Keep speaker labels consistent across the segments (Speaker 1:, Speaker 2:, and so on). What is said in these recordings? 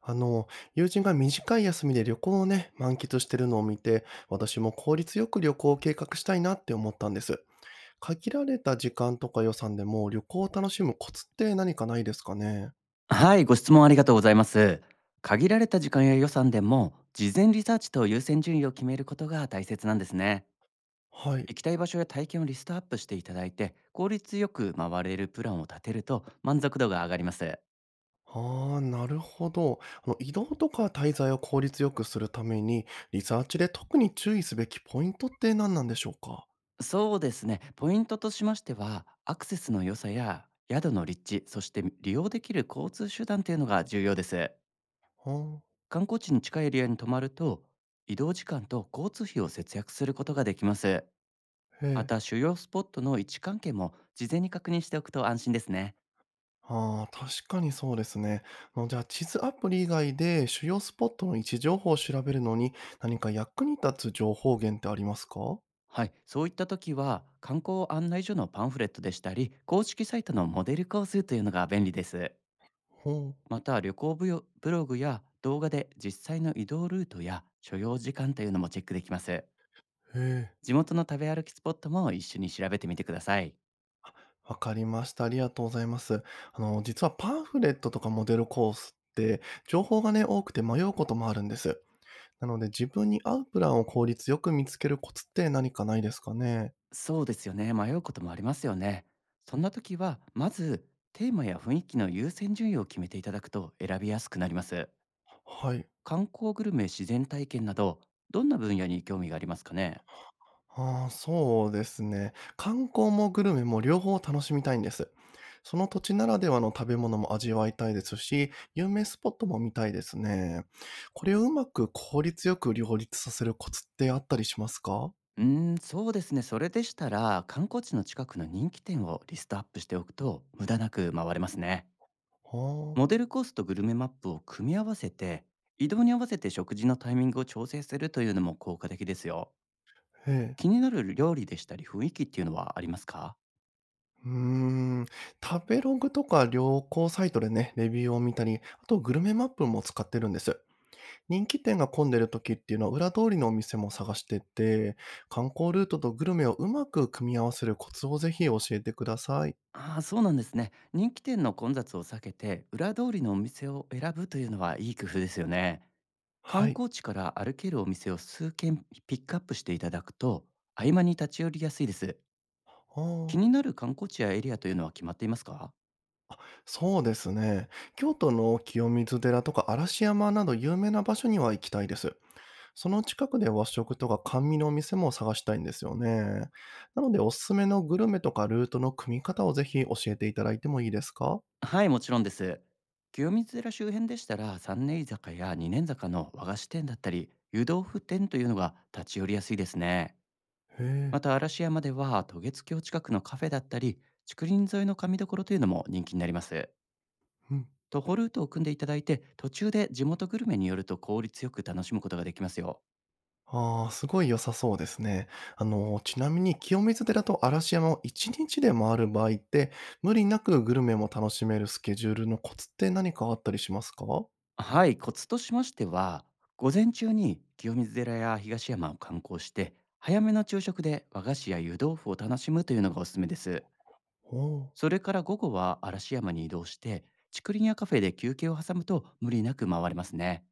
Speaker 1: あの、友人が短い休みで旅行をね、満喫してるのを見て、私も効率よく旅行を計画したいなって思ったんです。限られた時間とか予算でも旅行を楽しむコツって何かないですかね？
Speaker 2: はい、ご質問ありがとうございます。限られた時間や予算でも、事前リサーチと優先順位を決めることが大切なんですね。
Speaker 1: はい。
Speaker 2: 行きたい場所や体験をリストアップしていただいて、効率よく回れるプランを立てると満足度が上がります。
Speaker 1: ああ、なるほど。移動とか滞在を効率よくするために、リサーチで特に注意すべきポイントって何なんでしょうか？
Speaker 2: そうですね、ポイントとしましては、アクセスの良さや宿の立地、そして利用できる交通手段というのが重要です。
Speaker 1: は
Speaker 2: 観光地に近いエリアに泊まると、移動時間と交通費を節約することができます。
Speaker 1: あ、へ
Speaker 2: ま
Speaker 1: え。
Speaker 2: た主要スポットの位置関係も事前に確認しておくと安心ですね。
Speaker 1: ああ、確かにそうですね。じゃあ、地図アプリ以外で主要スポットの位置情報を調べるのに、何か役に立つ情報源ってありますか？
Speaker 2: はい、そういった時は観光案内所のパンフレットでしたり公式サイトのモデルコースというのが便利です。
Speaker 1: ほう。
Speaker 2: また旅行ブヨブログや動画で実際の移動ルートや所要時間というのもチェックできます。
Speaker 1: へえ。
Speaker 2: 地元の食べ歩きスポットも一緒に調べてみてください。
Speaker 1: わかりました。ありがとうございます。実はパンフレットとかモデルコースって、情報がね、多くて迷うこともあるんです。なので、自分に合うプランを効率よく見つけるコツって何かないですかね？
Speaker 2: そうですよね、迷うこともありますよね。そんな時はまずテーマや雰囲気の優先順位を決めていただくと選びやすくなります。
Speaker 1: はい。
Speaker 2: 観光グルメ、自然体験など、どんな分野に興味がありますかね？
Speaker 1: ああ、そうですね。観光もグルメも両方楽しみたいんです。その土地ならではの食べ物も味わいたいですし、有名スポットも見たいですね。これをうまく効率よく両立させるコツってあったりしますか？
Speaker 2: うーん、そうですね。それでしたら、観光地の近くの人気店をリストアップしておくと、無駄なく回れますね。
Speaker 1: は
Speaker 2: モデ
Speaker 1: あ、
Speaker 2: ルコースとグルメマップを組み合わせて、移動に合わせて食事のタイミングを調整するというのも効果的ですよ。
Speaker 1: ええ。
Speaker 2: 気になる料理でしたり雰囲気っていうのはありますか？
Speaker 1: うーん、食べログとか旅行サイトでね、レビューを見たり、あとグルメマップも使ってるんです。人気店が混んでる時っていうのは裏通りのお店も探してて、観光ルートとグルメをうまく組み合わせるコツをぜひ教えてください。
Speaker 2: ああー、そうなんですね。人気店の混雑を避けて、裏通りのお店を選ぶというのはいい工夫ですよね。観
Speaker 1: はい。
Speaker 2: 光地から歩けるお店を数軒ピックアップしていただくと、合間に立ち寄りやすいです。
Speaker 1: あ
Speaker 2: 気
Speaker 1: あ。
Speaker 2: になる観光地やエリアというのは決まっていますか？
Speaker 1: そうですね。京都の清水寺とか嵐山など有名な場所には行きたいです。その近くで和食とか甘味のお店も探したいんですよね。なのでおすすめのグルメとかルートの組み方をぜひ教えていただいてもいいですか？
Speaker 2: はい、もちろんです。清水寺周辺でしたら、三年居酒や二年坂の和菓子店だったり、湯豆腐店というのが立ち寄りやすいですね。
Speaker 1: へ
Speaker 2: ま
Speaker 1: え、
Speaker 2: た、嵐山では、渡月橋近くのカフェだったり、竹林沿いの神所というのも人気になります。
Speaker 1: うん。
Speaker 2: 徒歩ルートを組んでいただいて、途中で地元グルメによると効率よく楽しむことができますよ。
Speaker 1: ああ、すごい良さそうですね。ちなみに清水寺と嵐山を一日で回る場合って、無理なくグルメも楽しめるスケジュールのコツって何かあったりしますかお？
Speaker 2: はい、コツとしましては、午前中に清水寺や東山を観光して、早めの昼食で和菓子や湯豆腐を楽しむというのがおすすめです。
Speaker 1: おー。
Speaker 2: それから午後は嵐山に移動して、竹林やカフェで休憩を挟むと無理なく回れますね。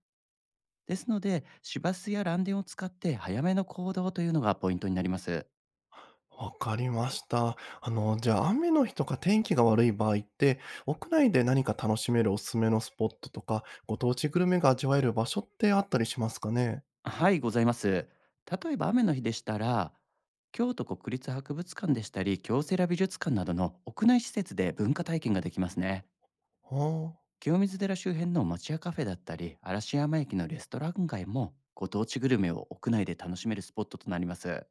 Speaker 2: ですので、市バスや蘭電を使って早めの行動というのがポイントになります。
Speaker 1: わかりました。じゃあ、雨の日とか天気が悪い場合って、屋内で何か楽しめるおすすめのスポットとか、ご当地グルメが味わえる場所ってあったりしますかね？
Speaker 2: はい、ございます。例えば雨の日でしたら、京都国立博物館でしたり、京セラ美術館などの屋内施設で文化体験ができますね。
Speaker 1: は
Speaker 2: 清水寺周辺の町屋カフェだったり、嵐山駅のレストラン街も、ご当地グルメを屋内で楽しめるスポットとなります。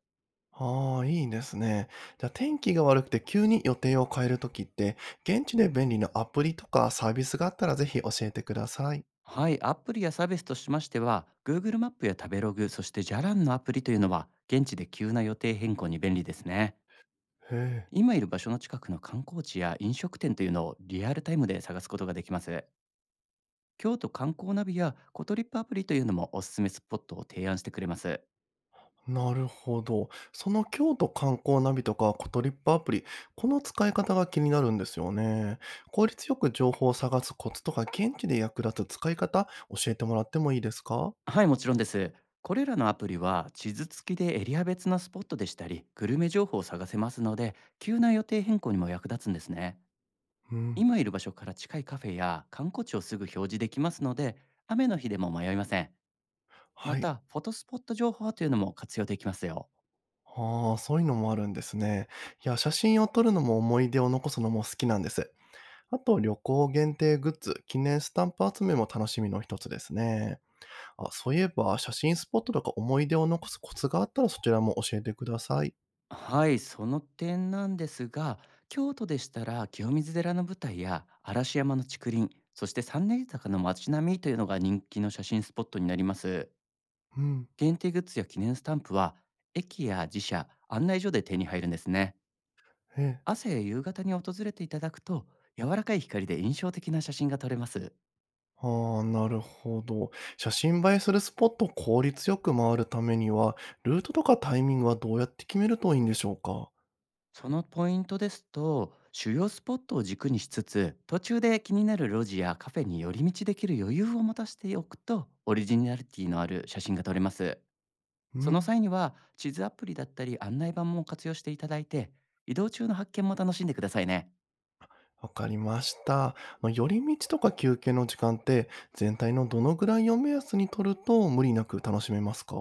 Speaker 1: あ、はあ、いいですね。じゃあ、天気が悪くて急に予定を変えるときって、現地で便利なアプリとかサービスがあったらぜひ教えてください。
Speaker 2: はい、アプリやサービスとしましては、Google マップや食べログ、そしてじゃらんのアプリというのは、現地で急な予定変更に便利ですね。
Speaker 1: へえ。
Speaker 2: 今いる場所の近くの観光地や飲食店というのをリアルタイムで探すことができます。京都観光ナビやコトリップアプリというのもおすすめスポットを提案してくれます。
Speaker 1: なるほど。その京都観光ナビとかコトリップアプリ、この使い方が気になるんですよね。効率よく情報を探すコツとか、現地で役立つ使い方、教えてもらってもいいですか？
Speaker 2: はい、もちろんです。これらのアプリは地図付きでエリア別のスポットでしたり、グルメ情報を探せますので、急な予定変更にも役立つんですね。
Speaker 1: うん。
Speaker 2: 今いる場所から近いカフェや観光地をすぐ表示できますので、雨の日でも迷いません。ま
Speaker 1: はい。
Speaker 2: た、フォトスポット情報というのも活用できますよ。
Speaker 1: ああ、そういうのもあるんですね。いや、写真を撮るのも思い出を残すのも好きなんです。あと、旅行限定グッズ、記念スタンプ集めも楽しみの一つですね。あ、そういえば、写真スポットとか思い出を残すコツがあったらそちらも教えてください。
Speaker 2: はい、その点なんですが、京都でしたら清水寺の舞台や嵐山の竹林、そして三年坂の街並みというのが人気の写真スポットになります。
Speaker 1: うん。
Speaker 2: 限定グッズや記念スタンプは駅や自社案内所で手に入るんですね。
Speaker 1: ええ。
Speaker 2: 朝や夕方に訪れていただくと柔らかい光で印象的な写真が撮れます。
Speaker 1: ああ、なるほど。写真映えするスポットを効率よく回るためには、ルートとかタイミングはどうやって決めるといいんでしょうか？
Speaker 2: そのポイントですと、主要スポットを軸にしつつ、途中で気になる路地やカフェに寄り道できる余裕を持たせておくと、オリジナリティのある写真が撮れます。
Speaker 1: う
Speaker 2: その
Speaker 1: ん、
Speaker 2: 際には地図アプリだったり案内板も活用していただいて、移動中の発見も楽しんでくださいね。
Speaker 1: わかりました。まあ、寄り道とか休憩の時間って、全体のどのぐらいを目安に取ると無理なく楽しめますか？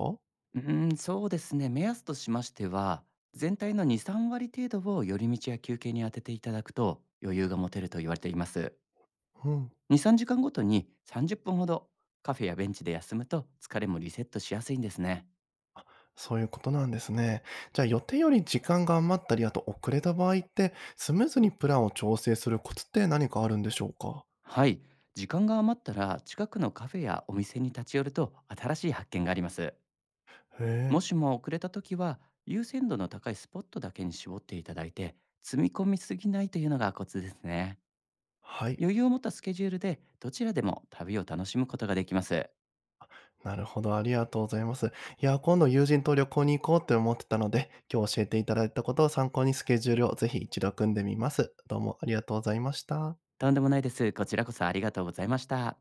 Speaker 2: うーん、そうですね。目安としましては、全体の2、3割程度を寄り道や休憩に当てていただくと余裕が持てると言われています。
Speaker 1: うん、
Speaker 2: 2、3時間ごとに30分ほどカフェやベンチで休むと、疲れもリセットしやすいんですね。
Speaker 1: そういうことなんですね。じゃあ予定より時間が余ったり、あと遅れた場合って、スムーズにプランを調整するコツって何かあるんでしょうか？
Speaker 2: はい。時間が余ったら近くのカフェやお店に立ち寄ると新しい発見があります。
Speaker 1: へ
Speaker 2: も
Speaker 1: え、
Speaker 2: しも遅れた時は、優先度の高いスポットだけに絞っていただいて、積み込みすぎないというのがコツですね。
Speaker 1: はい。
Speaker 2: 余裕を持ったスケジュールでどちらでも旅を楽しむことができます。
Speaker 1: なるほど、ありがとうございます。いや、今度友人と旅行に行こうって思ってたので、今日教えていただいたことを参考にスケジュールをぜひ一度組んでみます。どうもありがとうございました。
Speaker 2: とんでもないです。こちらこそありがとうございました。